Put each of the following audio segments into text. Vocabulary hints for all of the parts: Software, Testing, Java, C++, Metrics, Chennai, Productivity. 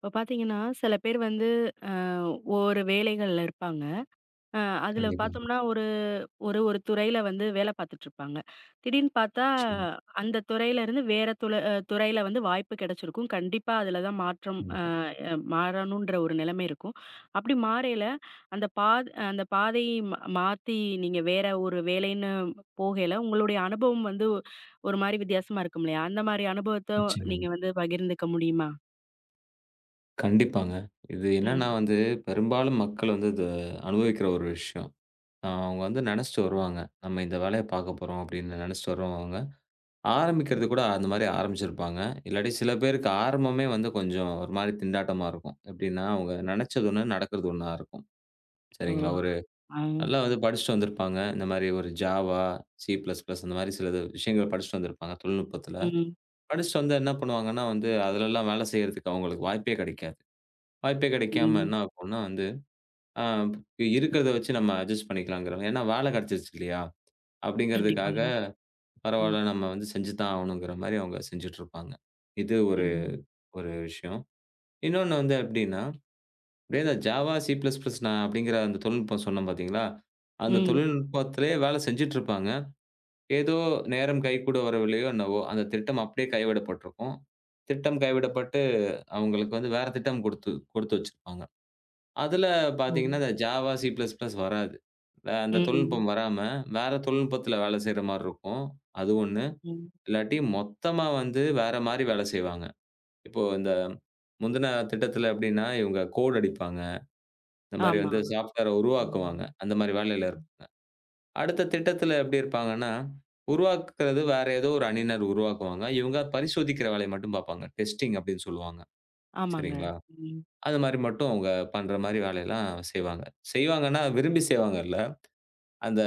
இப்ப பார்த்தீங்கன்னா, சில பேர் வந்து அ ஒரு வேலைகள்ல இருப்பாங்க. அ அதுல கண்டிப்பாங்க. பார்த்தோம்னா, ஒரு ஒரு ஒரு துறையில வந்து வேலை பார்த்துட்டுருப்பாங்க. திடீர்னு பார்த்தா, நிச்சயமா, அந்த துறையிலருந்து வேற துல அ துறையில வந்து வாய்ப்பு கிடைச்சிருக்கும். கண்டிப்பா அதுல தான் மாற்றம் அ கண்டிப்பா, அ மாறணுன்ற ஒரு நிலைமை இருக்கும். அப்படி மாறையில, அந்த அந்த பாதையை மாத்தி நீங்க வேற ஒரு வேலைன்னு போகையில, உங்களுடைய அனுபவம் வந்து ஒரு மாரி வித்தியாசமா இருக்கும் இல்லையா? அந்த மாரி அனுபவத்த நிச்சயமாங்க. நீங்க வந்து பகிர்ந்துக்க முடியுமா? கண்டிப்பாங்க. இது என்னன்னா ம். வந்து, பெரும்பாலும் மக்கள் வந்து இத அனுபவிக்கிற ஒரு விஷயம். அவங்க வந்து நெனச்சுட்டு ம். வருவாங்க. நம்ம இந்த வேலைய பாக்க போறோம் அப்படின்னு நெனச்சுட்டு வருவாங்க. ஆரம்பிக்கிறது கூட அந்த மாரி ஆரம்பிச்சிருப்பாங்க. இல்லாட்டி சில பேருக்கு ஆரம்பமே வந்து கொஞ்சம் ஒரு மாரி திண்டாட்டமா இருக்கும். எப்படின்னா, அவங்க நெனச்சது ஒண்ணு, நடக்கிறது ஒண்ணா இருக்கும். ஓ! சரிங்களா? ஒரு ஆ. நல்லா வந்து படிச்சுட்டு வந்திருப்பாங்க. இந்த மாரி ஒரு Java, C++, அந்த மாரி சில விஷயங்கள் படிச்சுட்டு வந்திருப்பாங்க தொழில்நுட்பத்துல. ம். படிச்சுட்டு வந்தா என்ன பண்ணுவாங்கன்னா வந்து, அதுலலாம் வேலை செய்றதுக்கு அவங்களுக்கு வாய்ப்பே கிடைக்காது. வாய்ப்பே கிடைக்காம ம். என்ன ஆகும்னா வந்து, அ இருக்கிறத வச்சு நம்ம அட்ஜஸ்ட் பண்ணிக்கலாங்கிறவங்க, ஏன்னா வேலை கிடைச்சிருச்சு இல்லையா? அப்படிங்கிறதுக்காக கண்டிப்பாங்க. ம். பரவால்ல நம்ம வந்து செஞ்சு தான் ஆகணுங்கிற மாரி அவங்க செஞ்சுட்டு இருப்பாங்க. இது ஒரு ம். ஒரு விஷயம். இன்னொன்னு வந்து எப்படின்னா, அப்படியே இந்த ஜாவா, சி பிளஸ் பிளஸ் நான் அப்படிங்கிற அந்த தொழில்நுட்பம் சொன்னேன் பார்த்தீங்களா? அந்த ம். தொழில்நுட்பத்திலேயே வேலை செஞ்சுட்டு இருப்பாங்க. ஏதோ நேரம் கைக்கூட வரவில்லையோ என்னவோ, அந்த திட்டம் அப்படியே கைவிடப்பட்டிருக்கும். திட்டம் கைவிடப்பட்டு அவங்களுக்கு வந்து வேற திட்டம் குடுத்து குடுத்து வச்சிருப்பாங்க. அதுல ஓ! பார்த்தீங்கன்னா, இந்த ஜாவா, சி பிளஸ் பிளஸ் வராது. அந்த ம். தொழில்நுட்பம் வராம, வேற தொழில்நுட்பத்துல வேலை செய்ற மாரி இருக்கும். அது ஒண்ணு. ம். இல்லாட்டி மொத்தமா வந்து வேற மாரி வேலை செய்வாங்க. இப்போ இந்த முந்தின திட்டத்துல எப்படின்னா, இவங்க கோட் அடிப்பாங்க. இந்த மாரி ஆமா. வந்து சாஃப்ட்வேர உருவாக்குவாங்க. ஆமாங்க. அந்த மாரி வேலையில ம். இருப் அடுத்த திட்டத்துல எப்படி இருப்பாங்கன்னா, உருவாக்குறது வேற ஏதோ ஒரு அணியினர் உருவாக்குவாங்க. இவங்க பரிசோதிக்கிற வேலைய மட்டும் பார்ப்பாங்க. டெஸ்டிங் அப்படின்னு சொல்லுவாங்க. ஆமாங்க. சரிங்களா? ம். அது மாரி மட்டும் அவங்க பண்ற மாரி வேலையெல்லாம் செய்வாங்க. செய்வாங்கன்னா, விரும்பி செய்வாங்க இல்ல. அந்த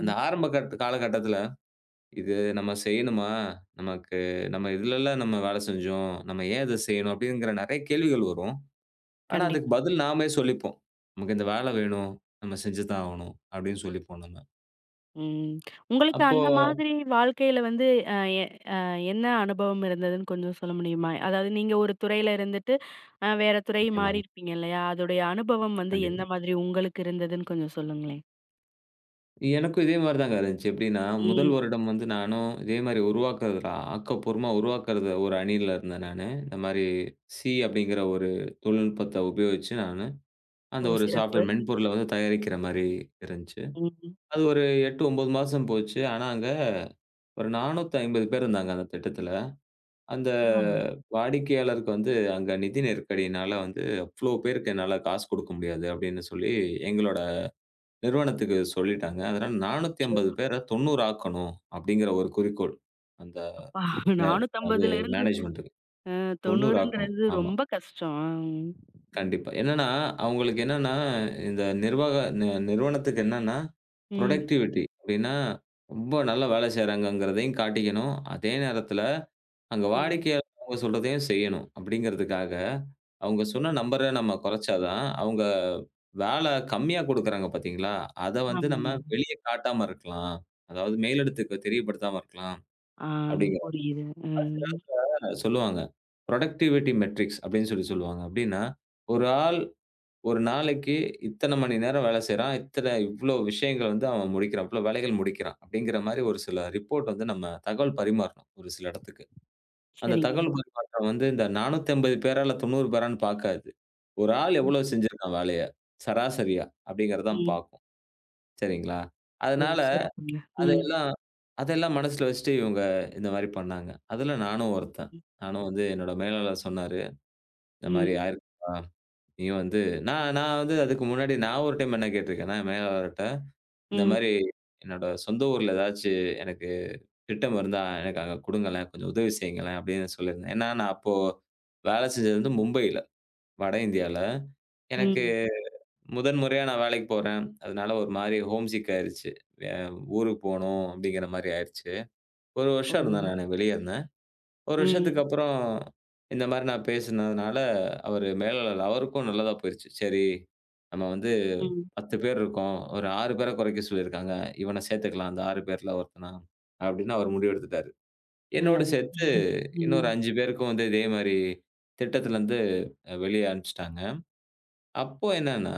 அந்த ஆரம்ப கட்ட காலகட்டத்தில, "இது நம்ம செய்யணுமா? நமக்கு நம்ம இதுலல்ல நம்ம வேலை செஞ்சோம். நம்ம ஏன் இத செய்யணும்?" அப்படிங்கிற நெறைய கேள்விகள் வரும். ஆனா, அதுக்கு கண்டிப்பாங்க. பதில் நாமே சொல்லிப்போம். "நமக்கு இந்த வேலை வேணும். நம்ம செஞ்சு தான் ஆகணும்." அப்படின்னு சொல்லிப்போம் நம்ம. ம். உங்களுக்கு அப்போ அந்த மாதிரி வாழ்க்கையில வந்து அ எ அ என்ன அனுபவம் இருந்ததுன்னு கொஞ்சம் சொல்ல முடியுமா? அதாவது நீங்க ஒரு துறையில இருந்துட்டு, வேற துறை நிச்சயமாங்க. மாறியிருப்பீங்க இல்லையா? அதோடைய அனுபவம் வந்து எந்த கண்டிப்பா. மாதிரி உங்களுக்கு இருந்ததுன்னு கொஞ்சம் சொல்லுங்களேன்? எனக்கும் இதே மாரி தாங்க இருந்துச்சு. எப்படின்னா, முதல் ம். வருடம் வந்து நானும் இதே மாரி உருவாக்குறதுல ஆக்கப்பூர்வமா உருவாக்குறது ஒரு அணியில இருந்தேன் நானு. இந்த மாரி சி அப்படிங்கிற ஒரு தொழில்நுட்பத்த உபயோகிச்சு நானு, அந்த ஓ! ஒரு சிறப்பு. சாஃப்ட்வேர் மென்பொருள வந்து தயாரிக்கிற மாரி இருந்துச்சு. ம். அது ஒரு 8, 9 மாசம் போச்சு. ஆனா அங்க ஒரு 450 பேர் இருந்தாங்க அந்த திட்டத்துல. அந்த ஆ. வாடிக்கையாளருக்கு வந்து அங்க நிதி நெருக்கடியினால வந்து, "அவ்ளோ பேருக்கு என்னால காசு குடுக்க முடியாது" அப்படின்னு சொல்லி எங்களோட நிறுவனத்துக்கு சொல்லிட்டாங்க. அதனால அச்சோ! 450 பேர 90 ஆக்கணும் அப்படிங்கிற ஒரு குறிக்கோள். அந்த அப்பா மே அது 450லேருந்து மேனேஜ்மென்ட்க்கு. 90 ஆக்கணும். 90ன்றது ஆமா. ரொம்ப கஷ்டம். கண்டிப்பா. என்னன்னா, அவங்களுக்கு என்னன்னா, இந்த நிர்வாக நிறுவனத்துக்கு என்னன்னா, ம். புரொடக்டிவிட்டி அப்படின்னா, ரொம்ப நல்லா வேலை செய்றாங்கங்கிறதையும் காட்டிக்கணும். அதே நேரத்தில அங்க ம். வாடிக்கையாளர் அவங்க சொல்றதையும் செய்யணும். அப்படிங்கிறதுக்காக, அவங்க சொன்ன நம்பர நம்ம குறைச்சா தான், அவங்க வேல கம்மியா குடுக்குறாங்க பார்த்தீங்களா, அத வந்து நம்ம ஆமாங்க. வெளிய காட்டாம இருக்கலாம். அதாவது மேலிடத்துக்கு தெரியப்படுத்தாம இருக்கலாம். ஆ அப்படிங்கிற புரியுது. ம். சிலர் சொல்லுவாங்க. புரொடக்டிவிட்டி மெட்ரிக்ஸ் அப்படின்னு சொல்லி சொல்லுவாங்க. அப்படின்னா, ஒரு ஆள் ஒரு நாளைக்கு இத்தன மணி நேரம் வேலை செய்றான். இத்தன இவ்ளோ விஷயங்கள் வந்து அவன் முடிக்கிறான். இவ்ளோ வேலைகள் முடிக்கிறான். அப்படிங்கிற மாரி ஒரு சில ரிப்போர்ட் வந்து நம்ம தகவல் பரிமாறணும் ஒரு சில இடத்துக்கு. அந்த சரிங்க. தகவல் பரிமாற்றம் வந்து இந்த 450 பேரால 90 பேரான்னு பார்க்காது. ஒரு ஆள் ம். எவ்ளோ செஞ்சிருக்கான் வேலைய, சராசரியா அப்படிங்கிறது தான் ம். பார்க்கும். சரிங்களா? ஓ! அதனால சிறப்புங்க. ம். அதெல்லாம் அதெல்லாம் மனசுல வச்சுட்டு இவங்க இந்த மாரி பண்ணாங்க. அதுல நானும் ஒருத்தன். நானும் வந்து என்னோட மேலாளர் சொன்னாரு. இந்த மாரி ம். ஆயிருக்குப்பா. நீயும் வந்து நான் நான் வந்து அதுக்கு முன்னாடி நான் ஒரு டைம் என்ன கேட்டிருக்கேன்னா, என் மேலாளர்ட்ட இந்த ம். மாரி என்னோட சொந்த ஊர்ல ஏதாச்சு எனக்கு திட்டம் இருந்தா எனக்கு அங்க குடுங்களேன். கொஞ்சம் உதவி செய்யுங்களேன் அப்படின்னு சொல்லியிருந்தேன். ஏன்னா நான் அப்போ வேலை செஞ்சது வந்து மும்பையில. வட இந்தியால. எனக்கு ம். முதன் முறையா நான் வேலைக்கு போறேன். அதனால ஒரு மாரி ஹோம் சிக் ஆயிருச்சு. அ ஊருக்கு போணும் அப்படிங்கிற மாரி ஆயிருச்சு. 1 ஓ! வருஷம் இருந்தேன் நானு வெளிய இருந்தேன். 1 வருஷத்துக்கு ம். அப்புறம் இந்த மாரி நான் பேசுனதுனால, அவரு மேலாளர் அவருக்கும் நல்லதா போயிருச்சு. சரி, நம்ம வந்து ம். 10 பேர் இருக்கோம். ஒரு 6 பேர குறைக்க சொல்லியிருக்காங்க. இவன சேத்துக்கலாம். அந்த 6 பேர்ல ஒருத்தனா, அப்படின்னு அவர் முடிவு எடுத்துட்டாரு. என்னோடு நல்லது. சேர்த்து இன்னொரு ம். 5 பேருக்கும் வந்து இதே மாரி திட்டத்துலருந்து வெளிய அனுப்பிச்சுட்டாங்க. அப்போ என்னன்னா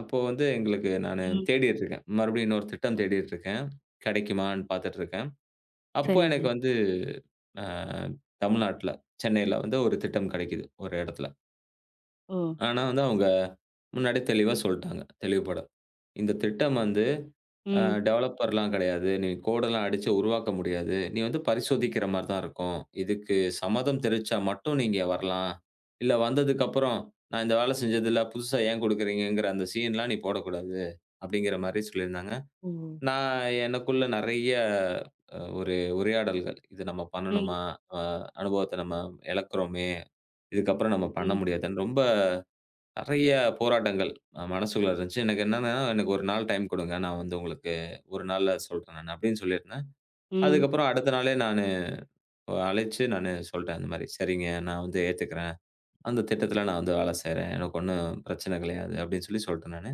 அப்போ வந்து எங்களுக்கு நானு ம். தேடிட்டு இருக்கேன். மறுபடியும் இன்னொரு திட்டம் தேடிட்டு இருக்கேன். கிடைக்குமான்னு பார்த்துட்டு இருக்கேன். அப்போ சரிங்க. எனக்கு வந்து அ தமிழ்நாட்ல, சென்னையில வந்து ஒரு திட்டம் கிடைக்குது, ஒரு இடத்துல. ஓ! ஆனா வந்து அவங்க முன்னாடியே தெளிவா சொல்ட்டாங்க, தெளிவுபட. "இந்த திட்டம் வந்து அ ம். டெவலப்பர்லாம் கிடையாது. நீ கோடெல்லாம் அடிச்சு உருவாக்க முடியாது. நீ வந்து பரிசோதிக்கிற மாரி தான் இருக்கும். இதுக்கு சம்மதம் தெரிவிச்சா மட்டும் நீங்க வரலாம். இல்ல வந்ததுக்கப்புறம், நான் இந்த வேலை செஞ்சதில புதுசா ஏன் குடுக்குறீங்கங்கிற அந்த சீன்லாம் நீ போடக்கூடாது." அப்படிங்கிற மாரி சொல்லியிருந்தாங்க. ஓ! நான் எனக்குள்ள நெறைய ஒரு உரையாடல்கள். இது நம்ம ம். பண்ணணுமா? அ அனுபவத்த நம்ம இழக்கிறோமே! இதுக்கப்புறம் நம்ம பண்ண ம். முடியாதுன்னு ரொம்ப நெறைய போராட்டங்கள் மனசுக்குள்ள இருந்துச்சு. எனக்கு என்னன்னா, எனக்கு 1 நாள் டைம் குடுங்க. நான் வந்து உங்களுக்கு 1 நாள்ல சொல்றேன் நானு அப்படின்னு சொல்லியிருந்தேன். ம். அதுக்கப்புறம் அடுத்த நாளே நானு அழைச்சு நானு சொல்ட்டேன் இந்த மாரி. "சரிங்க, நான் வந்து ஏத்துக்கிறேன். அந்த திட்டத்தில நான் வந்து வேலை செய்றேன். எனக்கு ஒண்ணும் பிரச்சனை கிடையாது" அப்படின்னு சொல்லி சொல்ட்டேன் நானு.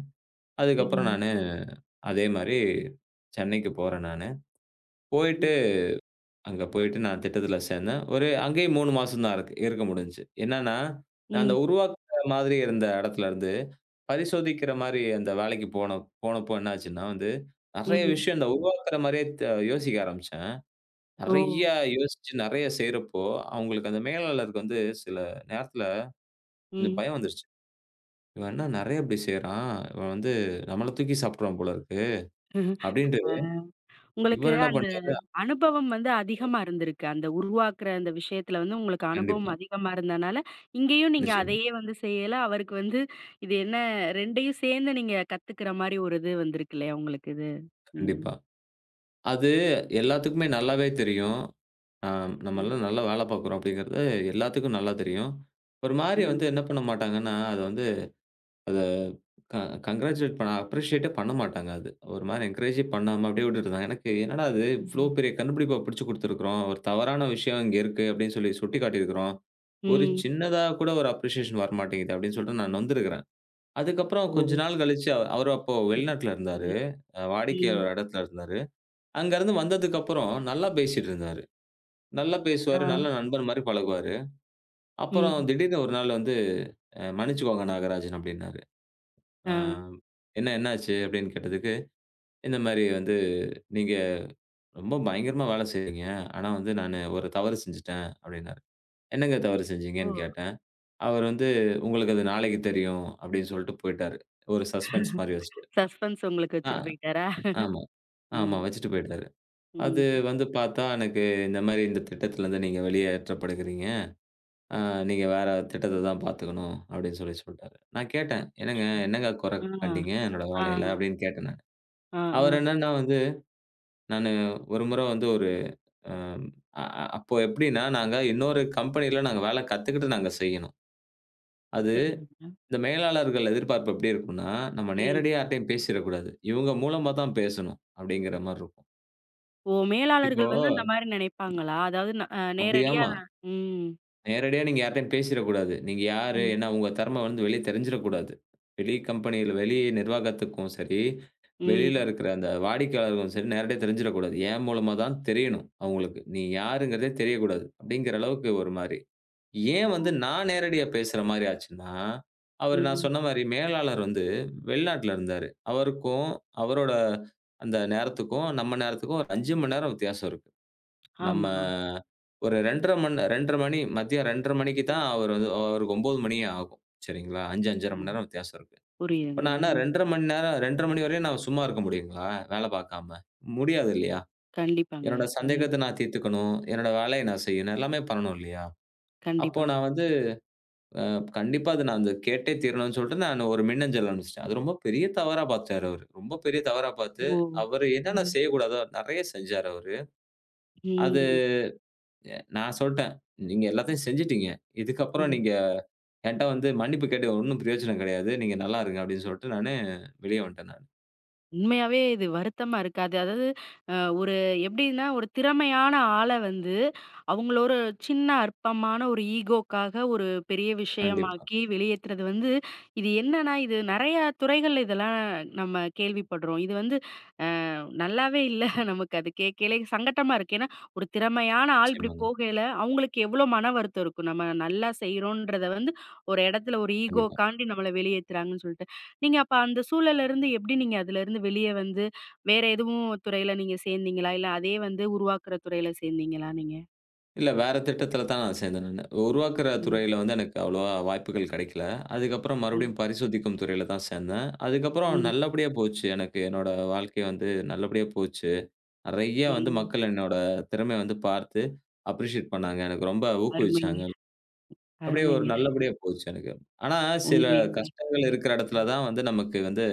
அதுக்கப்புறம் ம். நானு அதே மாரி சென்னைக்கு போறேன் நானு. ம். போயிட்டு அங்க போயிட்டு நான் திட்டத்துல சேர்ந்தேன். ஒரு அங்கேயும் 3 மாசம் தான் இருக்க முடிஞ்சுச்சு. என்னன்னா, நான் அந்த ம். உருவாக்குற மாதிரி இருந்த இடத்துல இருந்து, பரிசோதிக்கிற மாரி அந்த வேலைக்கு போனப்போ என்னாச்சுன்னா வந்து, நெறைய ம். விஷயம் இந்த உருவாக்குற மாரியே த யோசிக்க ஆரம்பிச்சேன். ஓ! நெறையா யோசிச்சு நெறைய செய்றப்போ, அவங்களுக்கு அந்த மேலாளருக்கு வந்து சில நேரத்துல கொஞ்சம் ம். பயம் வந்துருச்சு. "இவன் என்ன நெறைய இப்படி செய்றான்? இவன் வந்து நம்மள தூக்கி சாப்பிட்டுருவான் போல இருக்கு." அப்படின்ட்டு அ உங்களுக்கு இவர் என்ன அந்த பண்றாரு அனுபவம் வந்து அதிகமா இருந்திருக்கு. அந்த உருவாக்குற அந்த விஷயத்துல வந்து உங்களுக்கு அனுபவம் கண்டிப்பா. அதிகமா இருந்தனால, இங்கேயும் நீங்க நிச்சயமா. அதையே வந்து செய்யல. அவருக்கு வந்து இது என்ன 2யும் சேர்ந்து நீங்க கத்துக்கிற மாரி ஒரு இது வந்திருக்கு இல்லையா உங்களுக்கு இது? ம். கண்டிப்பா. அது எல்லாத்துக்குமே நல்லாவே தெரியும். ஆ ம். நம்மலாம் நல்லா வேலை பார்க்குறோம் அப்படிங்கிறது எல்லாத்துக்கும் நல்லா தெரியும். ஒரு மாரி வந்து ம். என்ன பண்ண மாட்டாங்கன்னா, அத வந்து அத க கங்ராச்சுலேட் பண்ண அப்ரிஷியேட்டே பண்ண மாட்டாங்க அது. ஒரு மாரி என்கரேஜே பண்ணாம அப்படியே விட்டுட்டுருந்தாங்க. எனக்கு என்னடா இது இவ்ளோ ம். பெரிய கண்டுபிடிப்ப பிடிச்சு குடுத்துருக்கிறோம். ஒரு தவறான விஷயம் இங்க இருக்கு அப்படின்னு சொல்லி சுட்டிக்காட்டியிருக்கிறோம். ஒரு ம். சின்னதா கூட ஒரு அப்ரிஷியேஷன் வரமாட்டேங்குது அப்படின்னு சொல்லிட்டு நான் நொந்திருக்கிறேன். அதுக்கப்புறம் ஓ! கொஞ்ச நாள் கழிச்சு அவரு அப்போ அச்சோ! வெளிநாட்ல இருந்தாரு. ம். ம். வாடிக்கையாளர் இடத்துல இருந்தாரு. அங்கருந்து வந்ததுக்கப்புறம் நல்லா பேசிட்டு இருந்தாரு. நல்லா ஆ. பேசுவாரு. நல்ல நண்பர் மாரி பழகுவாரு. அப்புறம் ம். திடீர்னு ஒரு நாள் வந்து, மன்னிச்சுக்கோங்க நாகராஜன் அப்டின்னாரு. ஆ. அ என்ன என்னாச்சு? அப்டின்னு கேட்டதுக்கு, இந்த மாரி வந்து நீங்க ரொம்ப பயங்கரமா வேல செய்றீங்க. ஆனா வந்து நானு ஒரு தவறு செஞ்சுட்டேன் அப்டின்னாரு. என்னங்க தவறு ஓ! செஞ்சீங்கன்னு கேட்டேன். அவர் வந்து உங்களுக்கு அது நாளைக்கு தெரியும் அப்டின்னு சொல்லிட்டு போயிட்டாரு. ஒரு சஸ்பென்ஸ் மாரி வச்சுட்டு. சஸ்பென்ஸ் உங்களுக்கு ஆ வச்சுட்டு போயிட்டாரா? ஆமா. ஆமா ம். வச்சுட்டு போயிட்டாரு. அது ம். வந்து பார்த்தா எனக்கு இந்த மாரி இந்த திட்டத்துலருந்து நீங்க வெளியேற்றப்படுகிறீங்க. ஆ நீங்க வேற திட்டத்த தான் பார்த்துக்கணும் அப்படின்னு சொல்லி சொல்ட்டாரு. நான் கேட்டேன், "என்னங்க அச்சச்சோ! என்னங்க குறை ஆ. கண்டீங்க என்னோட ஆ. வேலையில?" அப்படின்னு கேட்டேன் நானு. ஆ. ஆ. அவர் என்னன்னா வந்து நானு ஒரு முறை வந்து ஒரு ஆம், அ அ அப்போ எப்படின்னா நாங்க இன்னொரு கம்பெனியில நாங்க வேலை கத்துக்கிட்டு நாங்க செய்யணும். அது சரிங்க. இந்த மேலாளர்கள் எதிர்பார்ப்பு எப்படி இருக்கும்னா, நம்ம ம். நேரடியா யார்ட்டயும் பேசிறக்கூடாது. இவங்க மூலமா தான் பேசணும் அப்படிங்கிற மாரி இருக்கும். ஓ! இப்போ மேலாளர்கள் வந்து அந்த மாரி நினைப்பாங்களா? அதாவது ந அ அப்படி நேரடியா ஆமா. ம். நேரடியா நீங்க யார்ட்டயும் பேசிறக்கூடாது. நீங்க யாரு? ம். ஏன்னா உங்க தெறம வந்து வெளிய தெரிஞ்சிறக்கூடாது. வெளி கம்பெனியில வெளி நிர்வாகத்துக்கும் சரி, வெளியில ம். இருக்கிற அந்த வாடிக்கையாளருக்கும் சரி, நேரடியா தெரிஞ்சிறக்கூடாது. என் மூலமா தான் தெரியணும் அவங்களுக்கு. நீ யாருங்கிறதே தெரியக்கூடாது. அப்படிங்கிற அளவுக்கு ஒரு மாரி. ஏன் ஓ! வந்து நான் நேரடியா பேசுற மாரி ஆச்சுன்னா, அவரு நான் ம். சொன்ன மாரி மேலாளர் வந்து வெளிநாட்டுல இருந்தாரு. அவருக்கும், அவரோட அந்த நேரத்துக்கும், நம்ம நேரத்துக்கும் ஒரு 5 மணி நேரம் வித்தியாசம் இருக்கு. நம்ம ஆமா. ஒரு 2 1/2 மணி மதியம் 2 1/2 மணிக்கு ம். தான் அவரு வந்து அவருக்கு 9 மணியே ஆகும். சரிங்களா? 5, 5 1/2 மணி ம். நேரம் வித்தியாசம் இருக்கு. இப்ப நான் புரியுதுங்க. என்ன ம். 2 1/2 மணி வரையும் நான் சும்மா இருக்க முடியுங்களா? வேலை பார்க்காம? முடியாது இல்லையா? கண்டிப்பாங்க. என்னோட ம். சந்தேகத்த நான் தீர்த்துக்கணும். என்னோட வேலைய நான் செய்யணும். எல்லாமே பண்ணணும் இல்லையா? அப்போ கண்டிப்பாங்க. நான் வந்து கண்டிப்பா அது நான் அத கேட்டே தீரணும்னு சொல்லிட்டு நான் ஒரு மின்னஞ்சல் அனுப்பிச்சுட்டேன். அது ரொம்ப பெரிய தவறா பார்த்தாரு அவரு. ரொம்ப பெரிய தவறா பார்த்து, ஓ! அவரு என்னென்ன ம். செய்யக்கூடாதோ நெறைய செஞ்சாரு அவரு. அது ம். நான் சொல்ட்டேன். நீங்க எல்லாத்தையும் செஞ்சுட்டீங்க. இதுக்கப்புறம் ம். நீங்க என்ட்ட வந்து மன்னிப்பு கேட்டு ஒண்ணும் பிரயோஜனம் கிடையாது. நீங்க நல்லா இருங்க அப்படின்னு சொல்லிட்டு நானு வெளிய வந்துட்டேன் நானு. உண்மையாவே இது வருத்தமா இருக்கு. அது அதாவது அ ஒரு எப்படின்னா, ஒரு திறமையான ஆள வந்து, அவங்கள ஒரு சின்ன அற்பமான ஒரு ஈகோக்காக ஒரு பெரிய கண்டிப்பா. விஷயமாக்கி வெளியேத்துறது வந்து, இது என்னன்னா, இது நெறையா துறைகள்ல இதெல்லாம் நம்ம கேள்விப்படுறோம். இது வந்து நல்லாவே இல்ல. நமக்கு அது கேட்கலே சங்கட்டமா இருக்கு. ஏன்னா, ஒரு திறமையான ஆள் இப்படி நிச்சயமாங்க. போகையில, அவங்களுக்கு எவ்வளோ மன வருத்தம் இருக்கும். நம்ம நல்லா செய்றோன்றத வந்து ஒரு இடத்துல ஒரு கண்டிப்பா. ஈகோக்காண்டி நம்மள வெளியேத்துறாங்கன்னு சொல்லிட்டு. நீங்க அப்ப அந்த சூழல்ல இருந்து எப்படி நீங்க அதுலருந்து வெளிய வந்து, வேற எதுவும் துறையில நீங்க சேர்ந்தீங்களா? இல்ல அதே வந்து உருவாக்குற துறையில சேர்ந்தீங்களா நீங்க? இல்ல வேற திட்டத்துல தான் நான் சேர்ந்தேன் நானு. உருவாக்குற ம், துறையில வந்து எனக்கு அவ்வளவா வாய்ப்புகள் கிடைக்கல. அதுக்கப்புறம் ம், மறுபடியும் பரிசோதிக்கும் துறையில தான் சேர்ந்தேன். அதுக்கப்புறம் ம், நல்லபடியா போச்சு. எனக்கு என்னோட வாழ்க்கை வந்து நல்லபடியா போச்சு. நெறைய வந்து ம். மக்கள் என்னோட திறமைய வந்து பார்த்து அப்ரிஷியேட் பண்ணாங்க. எனக்கு ரொம்ப அருமைங்க, ஊக்குவிச்சாங்க. அப்படியே ஒரு அருமைங்க. நல்லபடியா போச்சு எனக்கு. ஆனா, சில உண்மையாலுமே. கஷ்டங்கள் ம், இருக்கிற இடத்துல தான் வந்து நமக்கு வந்து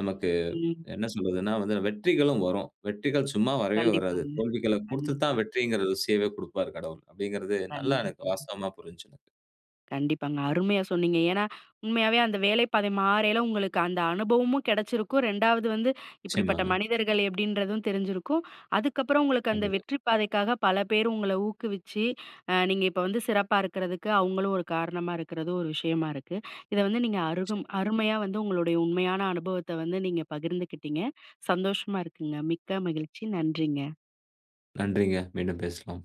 நமக்கு ம். என்ன சொல்றதுன்னா வந்து வெற்றிகளும் வரும். வெற்றிகள் சும்மா வரவே வராது. கண்டிப்பாங்க. தோல்விகள குடுத்து கண்டிப்பா, தான் வெற்றிங்கிற ருசியவே குடுப்பார் கடவுள். அப்படிங்கிறது நல்லா எனக்கு கண்டிப்பா. வாஸ்தவமா புரிஞ்சுச்சு எனக்கு. கண்டிப்பாங்க. அருமையா சொன்னீங்க. ஏன்னா, உண்மையாவே அந்த வேலைப்பாதை மாறையில உங்களுக்கு அந்த அனுபவமும் கிடைச்சிருக்கும். 2வது வந்து இப்படிப்பட்ட நிச்சயமாங்க. மனிதர்கள் எப்படின்றதும் தெரிஞ்சிருக்கும். அதுக்கப்புறம் உங்களுக்கு அந்த கண்டிப்பா. வெற்றி பாதைக்காக பல பேர் உங்கள ஊக்குவிச்சு, நீங்க இப்ப வந்து சிறப்பா இருக்கிறதுக்கு அவங்களும் ஒரு காரணமா இருக்கிறது ஒரு விஷயமா இருக்கு. இத வந்து நீங்க அருகும் நிச்சயமா. அருமையா வந்து உங்களுடைய உண்மையான அனுபவத்த வந்து நீங்க பகிர்ந்துக்கிட்டீங்க. சந்தோஷமா இருக்குங்க. மிக்க மகிழ்ச்சி. நன்றிங்க. நன்றிங்க. மீண்டும் பேசலாம்.